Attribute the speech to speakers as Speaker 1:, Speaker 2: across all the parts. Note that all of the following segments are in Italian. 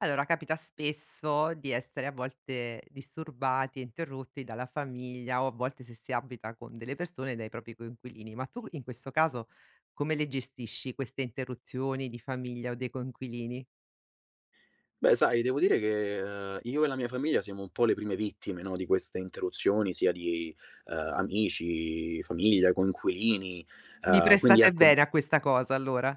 Speaker 1: Allora, capita spesso di essere a volte disturbati e interrotti dalla famiglia o a volte se si abita con delle persone, dai propri coinquilini. Ma tu in questo caso come le gestisci queste interruzioni di famiglia o dei coinquilini?
Speaker 2: Beh, sai, devo dire che, io e la mia famiglia siamo un po' le prime vittime, no, di queste interruzioni sia di, amici, famiglia, coinquilini,
Speaker 1: Vi
Speaker 2: ehm, quindi
Speaker 1: prestate
Speaker 2: ecco n
Speaker 1: bene a questa cosa allora?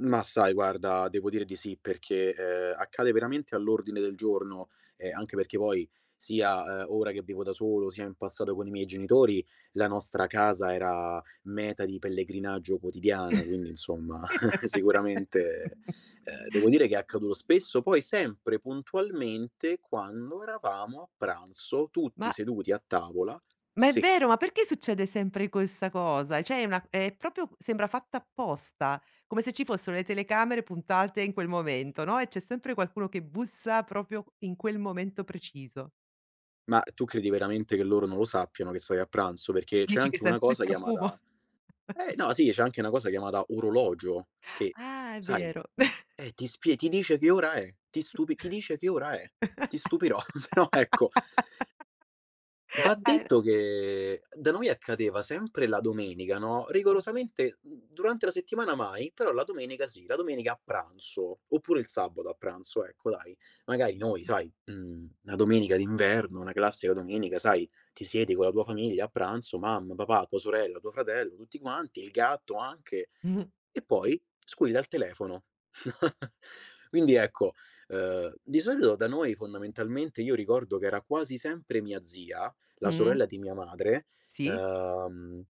Speaker 2: ma sai guarda, devo dire di sì perché, accade veramente all'ordine del giorno, anche perché poi sia, ora che vivo da solo, sia in passato con i miei genitori, la nostra casa era meta di pellegrinaggio quotidiana, quindi insomma sicuramente, devo dire che è accaduto spesso, poi sempre puntualmente quando eravamo a pranzo tutti
Speaker 1: Ma
Speaker 2: seduti a tavola.
Speaker 1: Ma è
Speaker 2: Sì,
Speaker 1: vero, ma perché succede sempre questa cosa? Cioè è proprio sembra fatta apposta, come se ci fossero le telecamere puntate in quel momento, no, e c'è sempre qualcuno che bussa proprio in quel momento preciso.
Speaker 2: ma tu credi veramente che loro non lo sappiano che stai a pranzo? Perché c'è
Speaker 1: Dici che
Speaker 2: anche una
Speaker 1: senti il
Speaker 2: cosa
Speaker 1: profumo?
Speaker 2: chiamata. No, sì, c'è anche una cosa chiamata orologio che,
Speaker 1: Ah, è
Speaker 2: sai,
Speaker 1: vero.
Speaker 2: ti dice che ora è, ti dice che ora è. Ti stupirò, però ecco. Va
Speaker 1: Hai ra
Speaker 2: detto che da noi accadeva sempre la domenica, no, rigorosamente, durante la settimana mai, però la domenica sì, la domenica a pranzo, oppure il sabato a pranzo, ecco dai. Magari noi, sai, una domenica d'inverno, una classica domenica, sai, ti siedi con la tua famiglia a pranzo, mamma, papà, tua sorella, tuo fratello, tutti quanti, il gatto anche,
Speaker 1: Mh.
Speaker 2: e poi squilla il telefono. Quindi ecco, di solito da noi fondamentalmente io ricordo che era quasi sempre mia zia, la
Speaker 1: Mh.
Speaker 2: sorella di mia madre,
Speaker 1: Sì.
Speaker 2: ehm,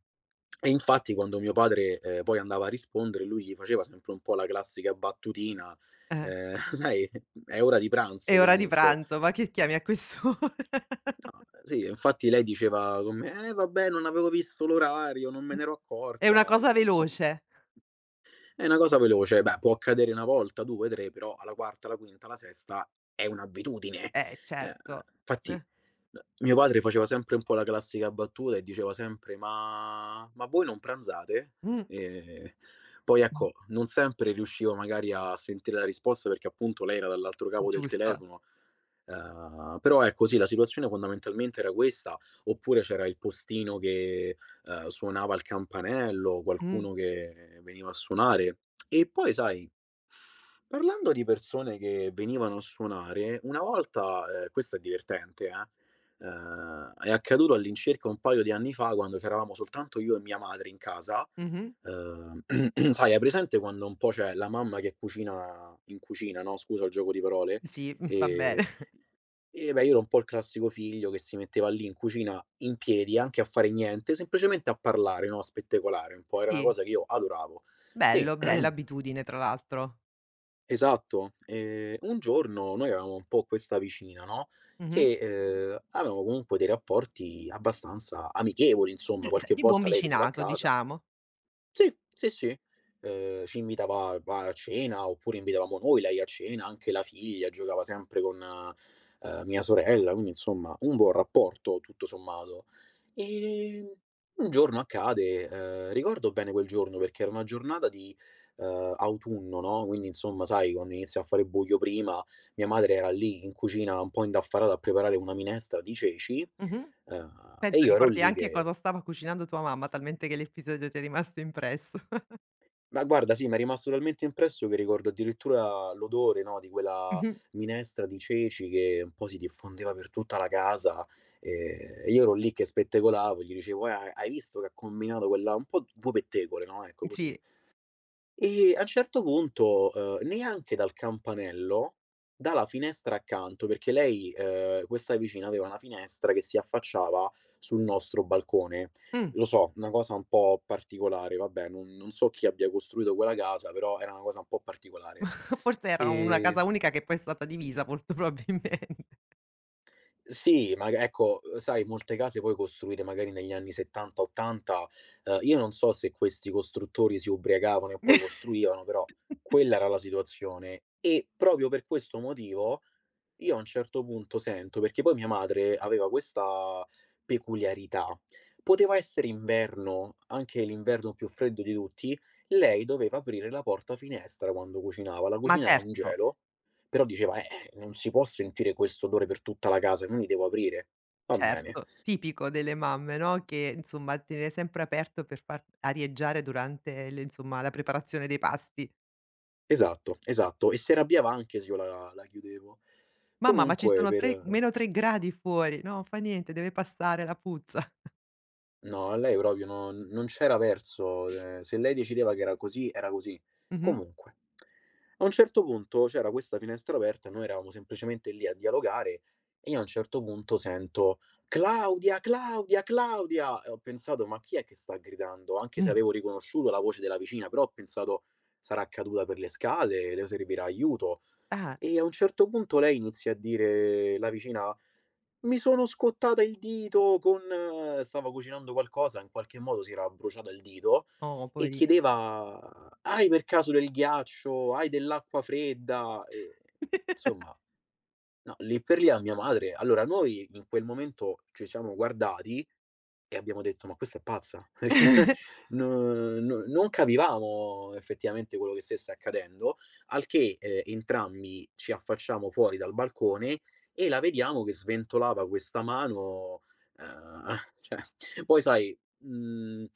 Speaker 2: e infatti quando mio padre, poi andava a rispondere lui gli faceva sempre un po' la classica battutina,
Speaker 1: Eh.
Speaker 2: ehm, sai, è ora di pranzo
Speaker 1: È ora di
Speaker 2: comunque.
Speaker 1: pranzo, ma che chiami a quest'ora?
Speaker 2: No, sì, infatti lei diceva con me: "Eh vabbè, non avevo visto l'orario, non me n'ero
Speaker 1: È una
Speaker 2: accorta."
Speaker 1: cosa
Speaker 2: Dico insomma.
Speaker 1: veloce.
Speaker 2: È una cosa veloce, beh, può accadere una volta, due, tre, però alla quarta, alla quinta, alla sesta è un'abitudine. Ehm,
Speaker 1: Certo.
Speaker 2: infatti,
Speaker 1: Eh.
Speaker 2: mio padre faceva sempre un po' la classica battuta e diceva sempre: "Ma voi non pranzate?"
Speaker 1: Mh.
Speaker 2: Ehm, poi ecco, non sempre riuscivo magari a sentire la risposta perché appunto lei era dall'altro capo del
Speaker 1: Giusto.
Speaker 2: telefono. Però ecco sì, la situazione fondamentalmente era questa, oppure c'era il postino che, suonava il campanello,
Speaker 1: Mh.
Speaker 2: qualcuno che veniva a suonare. E poi sai, parlando di persone che venivano a suonare, una volta, questo è divertente. È accaduto all'incirca un paio di anni fa quando c'eravamo soltanto io e mia madre in casa,
Speaker 1: Mh-mh.
Speaker 2: ehm, sai, hai presente quando un po' c'è la mamma che cucina in cucina, no, scusa il gioco di parole,
Speaker 1: Sì, va
Speaker 2: ehm
Speaker 1: bene.
Speaker 2: eh beh, io ero un po' il classico figlio che si metteva lì in cucina in piedi, anche a fare niente, semplicemente a parlare, no, a spettacolare un po', era una
Speaker 1: Sì,
Speaker 2: cosa che io adoravo. Sì,
Speaker 1: bello, bella abitudine tra l'altro.
Speaker 2: esatto. Un giorno noi avevamo un po' questa vicina, no,
Speaker 1: Mh-mh.
Speaker 2: che, avevamo comunque dei rapporti abbastanza amichevoli, insomma.
Speaker 1: Giu d
Speaker 2: Qualche
Speaker 1: di buon
Speaker 2: volta lei veniva a
Speaker 1: vicinato
Speaker 2: casa,
Speaker 1: diciamo.
Speaker 2: sì, sì, sì. Ci invitava va a cena, oppure invitavamo noi lei a cena, anche la figlia giocava sempre con, mia sorella, quindi insomma un buon rapporto tutto sommato. Ehm, un giorno accade, ricordo bene quel giorno perché era una giornata di, autunno, no, quindi insomma sai quando inizia a fare buio prima, mia madre era lì in cucina un po' indaffarata a preparare una minestra di ceci,
Speaker 1: Mh-mh.
Speaker 2: e
Speaker 1: Pensa
Speaker 2: io ero
Speaker 1: ricordi
Speaker 2: lì
Speaker 1: anche
Speaker 2: che.
Speaker 1: cosa stava cucinando tua mamma, talmente che l'episodio ti è rimasto impresso. Mh-mh.
Speaker 2: Ma guarda, sì, m'è rimasto talmente impresso che ricordo addirittura l'odore, no, di quella minestra di ceci che un po' si diffondeva per tutta la casa, e io ero lì che spettegolavo, gli dicevo: hai visto che ha combinato quella", un po' due pettegole, no, ecco, così.
Speaker 1: Sì.
Speaker 2: E a un certo punto, neanche dal campanello, dalla finestra accanto, perché lei, questa vicina aveva una finestra che si affacciava sul nostro balcone.
Speaker 1: Mh.
Speaker 2: Lo so, una cosa un po' particolare, vabbè, non so chi abbia costruito quella casa, però era una cosa un po' particolare.
Speaker 1: Forse era una
Speaker 2: E
Speaker 1: casa unica che poi è stata divisa molto probabilmente.
Speaker 2: Sì, ma ecco, sai molte case poi costruite magari negli anni 70, 80, io non so se questi costruttori si ubriacavano e poi costruivano, però quella era la situazione e proprio per questo motivo, io a un certo punto sento perché poi mia madre aveva questa peculiarità: poteva essere inverno, anche l'inverno più freddo di tutti, lei doveva aprire la porta-finestra quando cucinava. La
Speaker 1: Ma
Speaker 2: cucina era un
Speaker 1: certo,
Speaker 2: gelo, però diceva: non si può sentire questo odore per tutta la casa, quindi devo aprire." Va bene.
Speaker 1: certo, tipico delle mamme, no, che insomma tiene sempre aperto per far arieggiare durante le insomma, la preparazione dei pasti.
Speaker 2: Esatto, esatto. E si arrabbiava anche se io la chiudevo.
Speaker 1: Mamma, ma ci
Speaker 2: Comunque
Speaker 1: sono
Speaker 2: per.
Speaker 1: 3 meno 3 gradi fuori. No, fa niente, deve passare la puzza.
Speaker 2: No, a lei proprio non c'era verso, se lei decideva che era così, era così.
Speaker 1: Mh-mh.
Speaker 2: Comunque, a un certo punto c'era questa finestra aperta, e noi eravamo semplicemente lì a dialogare e io a un certo punto sento: "Claudia, Claudia, Claudia!" E ho pensato: "Ma chi è che sta gridando?" Anche se
Speaker 1: Mh.
Speaker 2: avevo riconosciuto la voce della vicina, però ho pensato: "Sarà caduta per le scale, le servirà aiuto."
Speaker 1: Ah.
Speaker 2: E a un certo punto lei inizia a dire, la vicina: mi sono scottata il dito con, stavo cucinando qualcosa, in qualche modo si era bruciato il dito
Speaker 1: Oh,
Speaker 2: e
Speaker 1: poveri.
Speaker 2: chiedeva: "Hai per caso del ghiaccio? Hai dell'acqua fredda?" Insomma, no, lì per lì a mia madre, allora noi in quel momento ci siamo guardati e abbiamo detto: "Ma questa è pazza." No, non capivamo effettivamente quello che stesse accadendo, al che, entrambi ci affacciamo fuori dal balcone e la vediamo che sventolava questa mano, ehm, cioè poi sai,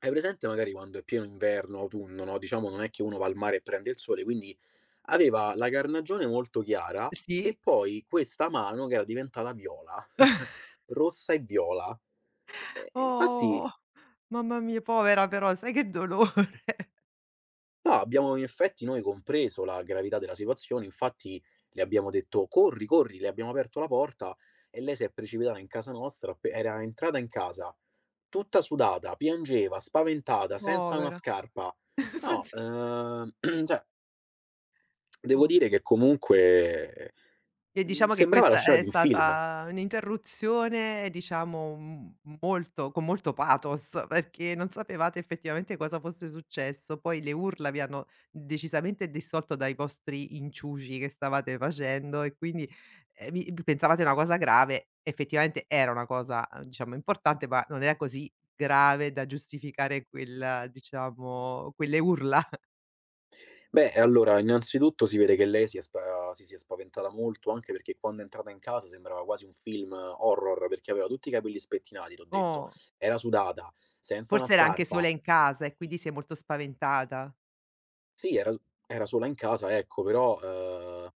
Speaker 2: hai presente magari quando è pieno inverno, autunno, no, diciamo non è che uno va al mare e prende il sole, quindi aveva la carnagione molto chiara e
Speaker 1: Sì?
Speaker 2: poi questa mano che era diventata viola, rossa e viola. E infatti
Speaker 1: Oh, mamma mia, povera però, sai che dolore.
Speaker 2: no, abbiamo in effetti noi compreso la gravità della situazione, infatti le abbiamo detto: "Corri, corri", le abbiamo aperto la porta e lei si è precipitata in casa nostra, appe era entrata in casa tutta sudata, piangeva, spaventata, senza una
Speaker 1: Povera.
Speaker 2: scarpa.
Speaker 1: Son
Speaker 2: No,
Speaker 1: s
Speaker 2: cioè devo
Speaker 1: oh.
Speaker 2: dire che comunque,
Speaker 1: E diciamo che
Speaker 2: sembrava la
Speaker 1: questa
Speaker 2: scena
Speaker 1: è
Speaker 2: di un film.
Speaker 1: stata un'interruzione, diciamo, molto con molto pathos, perché non sapevate effettivamente cosa fosse successo. Poi le urla vi hanno decisamente dissolto dai vostri inciuci che stavate facendo e quindi, vi pensavate una cosa grave, effettivamente era una cosa, diciamo importante, ma non era così grave da giustificare quel diciamo, quelle urla.
Speaker 2: Beh, allora, innanzitutto si vede che lei si sia spaventata molto, anche perché quando è entrata in casa sembrava quasi un film horror, perché aveva tutti i capelli spettinati, t'ho detto,
Speaker 1: Oh,
Speaker 2: era sudata, senza una
Speaker 1: forse era anche
Speaker 2: scarpa.
Speaker 1: sola in casa e quindi sei molto spaventata.
Speaker 2: Sì, era sola in casa, ecco, però, ehm,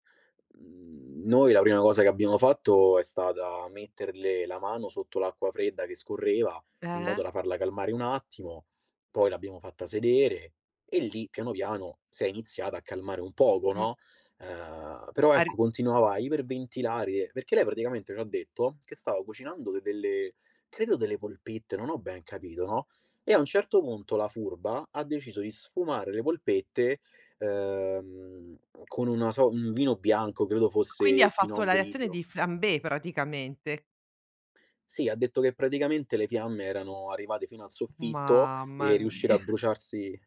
Speaker 2: mhmm, noi la prima cosa che abbiamo fatto è stata metterle la mano sotto l'acqua fredda che scorreva, in modo
Speaker 1: Eh?
Speaker 2: da farla calmare un attimo, poi l'abbiamo fatta sedere e lì piano piano si è iniziata a calmare un poco, no, però
Speaker 1: Ha ri
Speaker 2: ecco continuava a iperventilare, perché lei praticamente c'ha detto che stava cucinando de delle, credo, delle polpette, non ho ben capito, no, e a un certo punto la furba ha deciso di sfumare le polpette, ehm, con una un vino bianco, credo
Speaker 1: quindi ha
Speaker 2: fosse
Speaker 1: fatto
Speaker 2: pinot
Speaker 1: la reazione
Speaker 2: grigio.
Speaker 1: di Flambé praticamente.
Speaker 2: Sì, ha detto che praticamente le fiamme erano arrivate fino al soffitto e
Speaker 1: Mamma
Speaker 2: riuscire
Speaker 1: mia.
Speaker 2: a bruciarsi.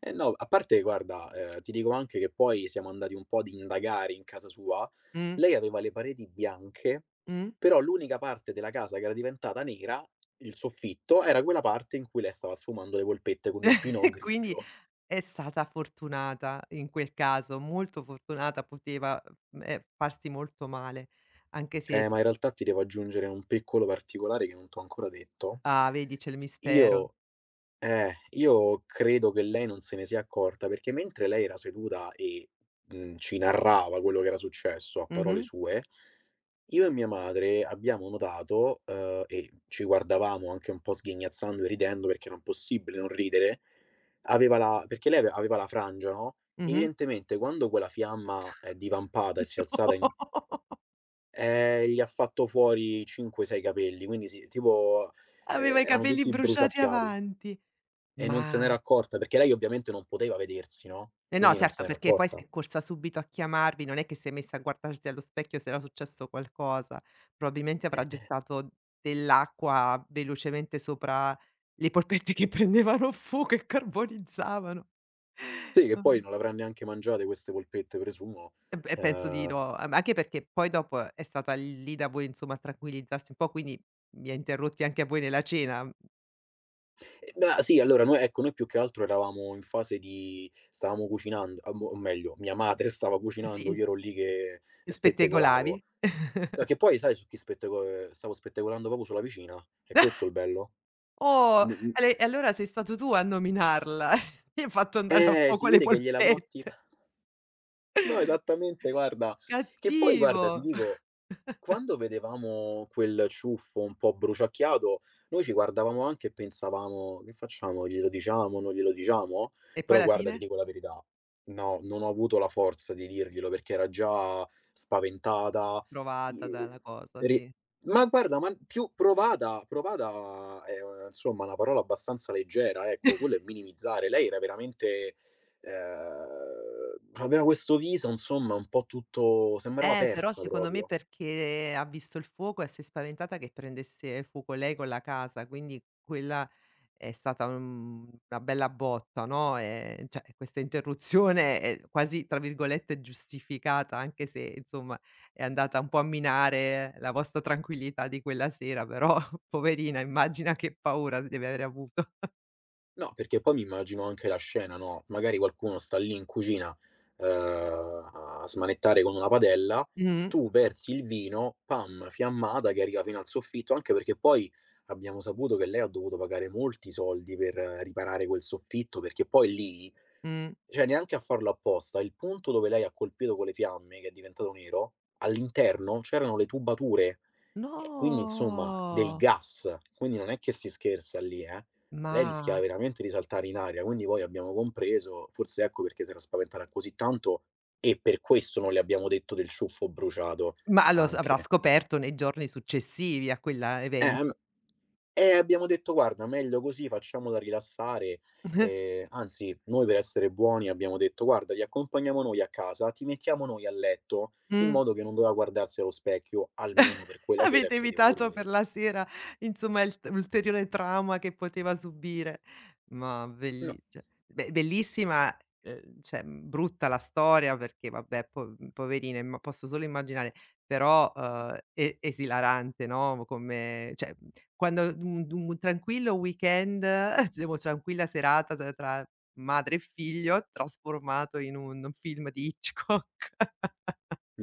Speaker 2: Eh no, a parte guarda, ti dico anche che poi siamo andati un po' ad indagare in casa sua.
Speaker 1: Mh,
Speaker 2: Lei aveva le pareti bianche,
Speaker 1: mh.
Speaker 2: però l'unica parte della casa che era diventata nera, il soffitto, era quella parte in cui lei stava sfumando le polpette con
Speaker 1: E
Speaker 2: il pinot
Speaker 1: quindi
Speaker 2: grigio.
Speaker 1: è stata fortunata in quel caso, molto fortunata, poteva, farsi molto male, anche se
Speaker 2: Ma
Speaker 1: s
Speaker 2: in realtà ti devo aggiungere un piccolo particolare che non t'ho ancora detto.
Speaker 1: ah, vedi c'è il mistero.
Speaker 2: Io io credo che lei non se ne sia accorta, perché mentre lei era seduta e, ci narrava quello che era successo a
Speaker 1: Mh-mh,
Speaker 2: parole sue, io e mia madre abbiamo notato, e ci guardavamo anche un po' sghignazzando e ridendo perché era impossibile non ridere, aveva la perché lei aveva la frangia, no,
Speaker 1: mh-mh.
Speaker 2: evidentemente quando quella fiamma è divampata e si è alzata in,
Speaker 1: No!
Speaker 2: gli ha fatto fuori 5, 6 capelli, quindi sì tipo,
Speaker 1: Aveva i
Speaker 2: erano
Speaker 1: capelli
Speaker 2: tutti
Speaker 1: bruciati
Speaker 2: bruciacchiati.
Speaker 1: avanti.
Speaker 2: E non se n'era
Speaker 1: Ma
Speaker 2: accorta, perché lei ovviamente non poteva vedersi, no,
Speaker 1: Eh no,
Speaker 2: quindi non se
Speaker 1: certo,
Speaker 2: n'era
Speaker 1: perché poi
Speaker 2: accorta.
Speaker 1: se è corsa subito a chiamarvi, non è che si è messa a guardarsi allo specchio se era successo qualcosa. Probabilmente avrà gettato dell'acqua velocemente sopra le polpette che prendevano fuoco e carbonizzavano.
Speaker 2: Sì, che poi
Speaker 1: Mh-mh.
Speaker 2: non l'avrà neanche mangiate queste polpette, presumo.
Speaker 1: E penso di
Speaker 2: Ehm,
Speaker 1: no, a ma anche perché poi dopo è stata lì da voi, insomma, a tranquillizzarsi un po', quindi vi ha interrotti anche a voi nella cena.
Speaker 2: e beh, sì, allora noi ecco, noi più che altro eravamo in fase di, stavamo cucinando, a mo o meglio, mia madre stava cucinando,
Speaker 1: Sì,
Speaker 2: io ero lì che spettegolavo.
Speaker 1: spettegolavi.
Speaker 2: No, che poi sai su chi spettego stavo spettegolando proprio sulla vicina, è questo il bello.
Speaker 1: Oh,
Speaker 2: N n
Speaker 1: e allora sei stato tu a nominarla. Mi hai fatto andare a
Speaker 2: si
Speaker 1: fuoco le
Speaker 2: vede che gliel'avrò tira,
Speaker 1: polpette.
Speaker 2: no, esattamente guarda, che poi guarda, ti
Speaker 1: Cattivo.
Speaker 2: dico. Quando vedevamo quel ciuffo un po' bruciacchiato, noi ci guardavamo anche e pensavamo: "Che facciamo? Glielo diciamo? Non glielo diciamo?"
Speaker 1: E poi
Speaker 2: Però
Speaker 1: alla
Speaker 2: guarda, ti
Speaker 1: fine?
Speaker 2: dico la verità, no, non ho avuto la forza di dirglielo perché era già spaventata, i
Speaker 1: Provata dalla cosa,
Speaker 2: ri
Speaker 1: sì.
Speaker 2: ma guarda, ma più provata è, insomma una parola abbastanza leggera, ecco, quello è minimizzare. Lei era veramente, aveva questo viso insomma un po' tutto, sembrava
Speaker 1: Però
Speaker 2: persa
Speaker 1: secondo me
Speaker 2: proprio.
Speaker 1: perché ha visto il fuoco e s'è spaventata che prendesse fuoco lei con la casa, quindi quella è stata, una bella botta, no, cioè questa interruzione è quasi, tra virgolette, "giustificata", anche se insomma è andata un po' a minare la vostra tranquillità di quella sera, però poverina immagina che paura deve aver avuto.
Speaker 2: No, perché poi mi immagino anche la scena, no, magari qualcuno sta lì in cucina, ehm, a smanettare con una padella,
Speaker 1: Mh,
Speaker 2: tu versi il vino, pam, fiammata che arriva fino al soffitto, anche perché poi abbiamo saputo che lei ha dovuto pagare molti soldi per, riparare quel soffitto, perché poi lì
Speaker 1: mh.
Speaker 2: cioè neanche a farlo apposta, il punto dove lei ha colpito con le fiamme, che è diventato nero, all'interno c'erano le tubature. E quindi insomma del
Speaker 1: No!
Speaker 2: gas, quindi non è che si scherza lì, eh. Lei rischiava
Speaker 1: Ma
Speaker 2: veramente di saltare in aria, quindi poi abbiamo compreso, forse ecco perché si era spaventata così tanto e per questo non le abbiamo detto del ciuffo bruciato
Speaker 1: Ma allo s avrà
Speaker 2: anche.
Speaker 1: scoperto nei giorni successivi a quella
Speaker 2: Eh, mhmm,
Speaker 1: evento.
Speaker 2: abbiamo detto: "Guarda, meglio così, facciamola rilassare". Anzi noi per essere buoni abbiamo detto: "Guarda, ti accompagniamo noi a casa, ti mettiamo noi a letto", in
Speaker 1: Mh.
Speaker 2: modo che non doveva guardarsi allo specchio, almeno per quella sera, e
Speaker 1: Avete
Speaker 2: poteva
Speaker 1: evitato per
Speaker 2: dormire.
Speaker 1: la sera, insomma, il t l'ulteriore trauma che poteva subire. Ma
Speaker 2: No.
Speaker 1: belli cioè, beh, bellissima, cioè, brutta la storia perché vabbè, poverine, ma posso solo immaginare, però, e esilarante, no, come cioè, quando un tranquillo weekend, diciamo tranquilla serata tra madre e figlio, trasformato in un film di Hitchcock.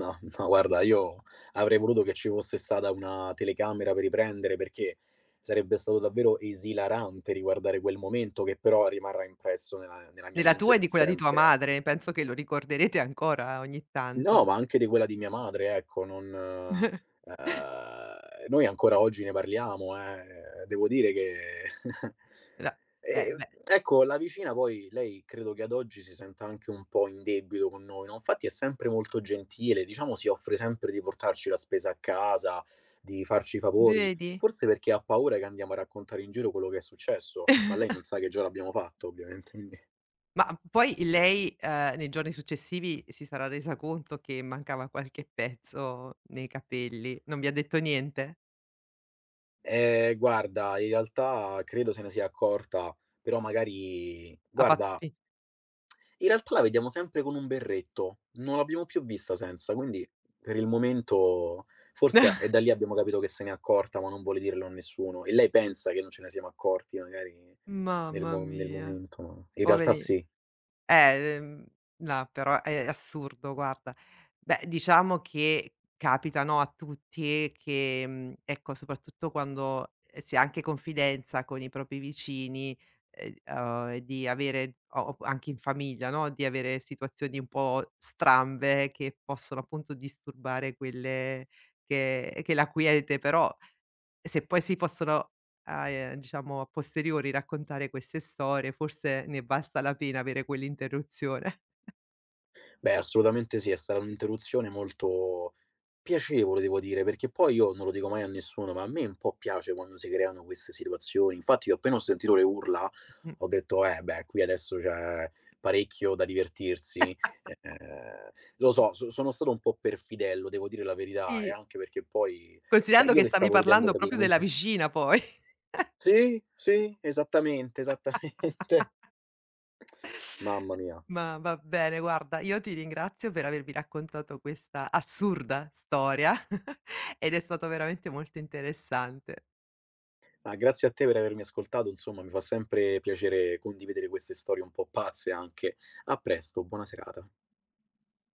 Speaker 2: No, no, guarda, io avrei voluto che ci fosse stata una telecamera per riprendere, perché sarebbe stato davvero esilarante riguardare quel momento che però rimarrà impresso nella mia
Speaker 1: Della
Speaker 2: mente
Speaker 1: tua e
Speaker 2: per
Speaker 1: di quella di tua
Speaker 2: sempre, ecco.
Speaker 1: madre, penso che lo ricorderete ancora ogni
Speaker 2: No,
Speaker 1: tanto.
Speaker 2: ma anche di quella di mia madre, ecco, non noi ancora oggi ne parliamo, eh. Devo dire che
Speaker 1: La beh,
Speaker 2: ecco, la vicina poi lei credo che ad oggi si senta anche un po' in debito con noi, no, infatti è sempre molto gentile, diciamo si offre sempre di portarci la spesa a casa, di farci i favori,
Speaker 1: vedi?
Speaker 2: forse perché ha paura che andiamo a raccontare in giro quello che è successo, ma lei non sa che già l'abbiamo fatto ovviamente, quindi.
Speaker 1: Ma poi lei, nei giorni successivi si sarà resa conto che mancava qualche pezzo nei capelli. Non vi ha detto niente?
Speaker 2: Guarda, in realtà credo se ne sia accorta, però magari
Speaker 1: Ha fatto
Speaker 2: guarda,
Speaker 1: fi
Speaker 2: in realtà la vediamo sempre con un berretto, non l'abbiamo più vista senza, quindi per il momento forse è da lì, abbiamo capito che se n'è accorta, ma non vuole dirlo a nessuno e lei pensa che non ce ne siamo accorti magari
Speaker 1: Mamma
Speaker 2: nel
Speaker 1: mia,
Speaker 2: momento, ma in realtà
Speaker 1: poveri
Speaker 2: sì.
Speaker 1: Eh, mhmm, no, però è assurdo, guarda. Beh, diciamo che capita, no, a tutti che, ecco, soprattutto quando, si ha anche confidenza con i propri vicini, di avere o anche in famiglia, no, di avere situazioni un po' strambe che possono appunto disturbare quelle che la quiete, però e se poi si possono, a diciamo a posteriori raccontare queste storie, forse ne è valsa la pena avere quell'interruzione.
Speaker 2: Beh, assolutamente sì, è stata un'interruzione molto piacevole devo dire, perché poi io non lo dico mai a nessuno, ma a me un po' piace quando si creano queste situazioni. Infatti io appena ho sentito le urla
Speaker 1: Mh.
Speaker 2: ho detto: "Eh beh, qui adesso c'è parecchio da divertirsi". Ehm, lo so, sono stato un po' perfidello, devo dire la verità, e
Speaker 1: Sì,
Speaker 2: anche perché poi cioè
Speaker 1: considerando
Speaker 2: io
Speaker 1: che
Speaker 2: le
Speaker 1: stavi
Speaker 2: stavo ridendo
Speaker 1: parlando proprio della
Speaker 2: praticamente,
Speaker 1: vicina poi.
Speaker 2: sì, sì, esattamente, esattamente. Mamma mia.
Speaker 1: Ma va bene, guarda, io ti ringrazio per avermi raccontato questa assurda storia ed è stato veramente molto interessante.
Speaker 2: Ah, grazie a te per avermi ascoltato, insomma, mi fa sempre piacere condividere queste storie un po' pazze anche. A presto, buona serata.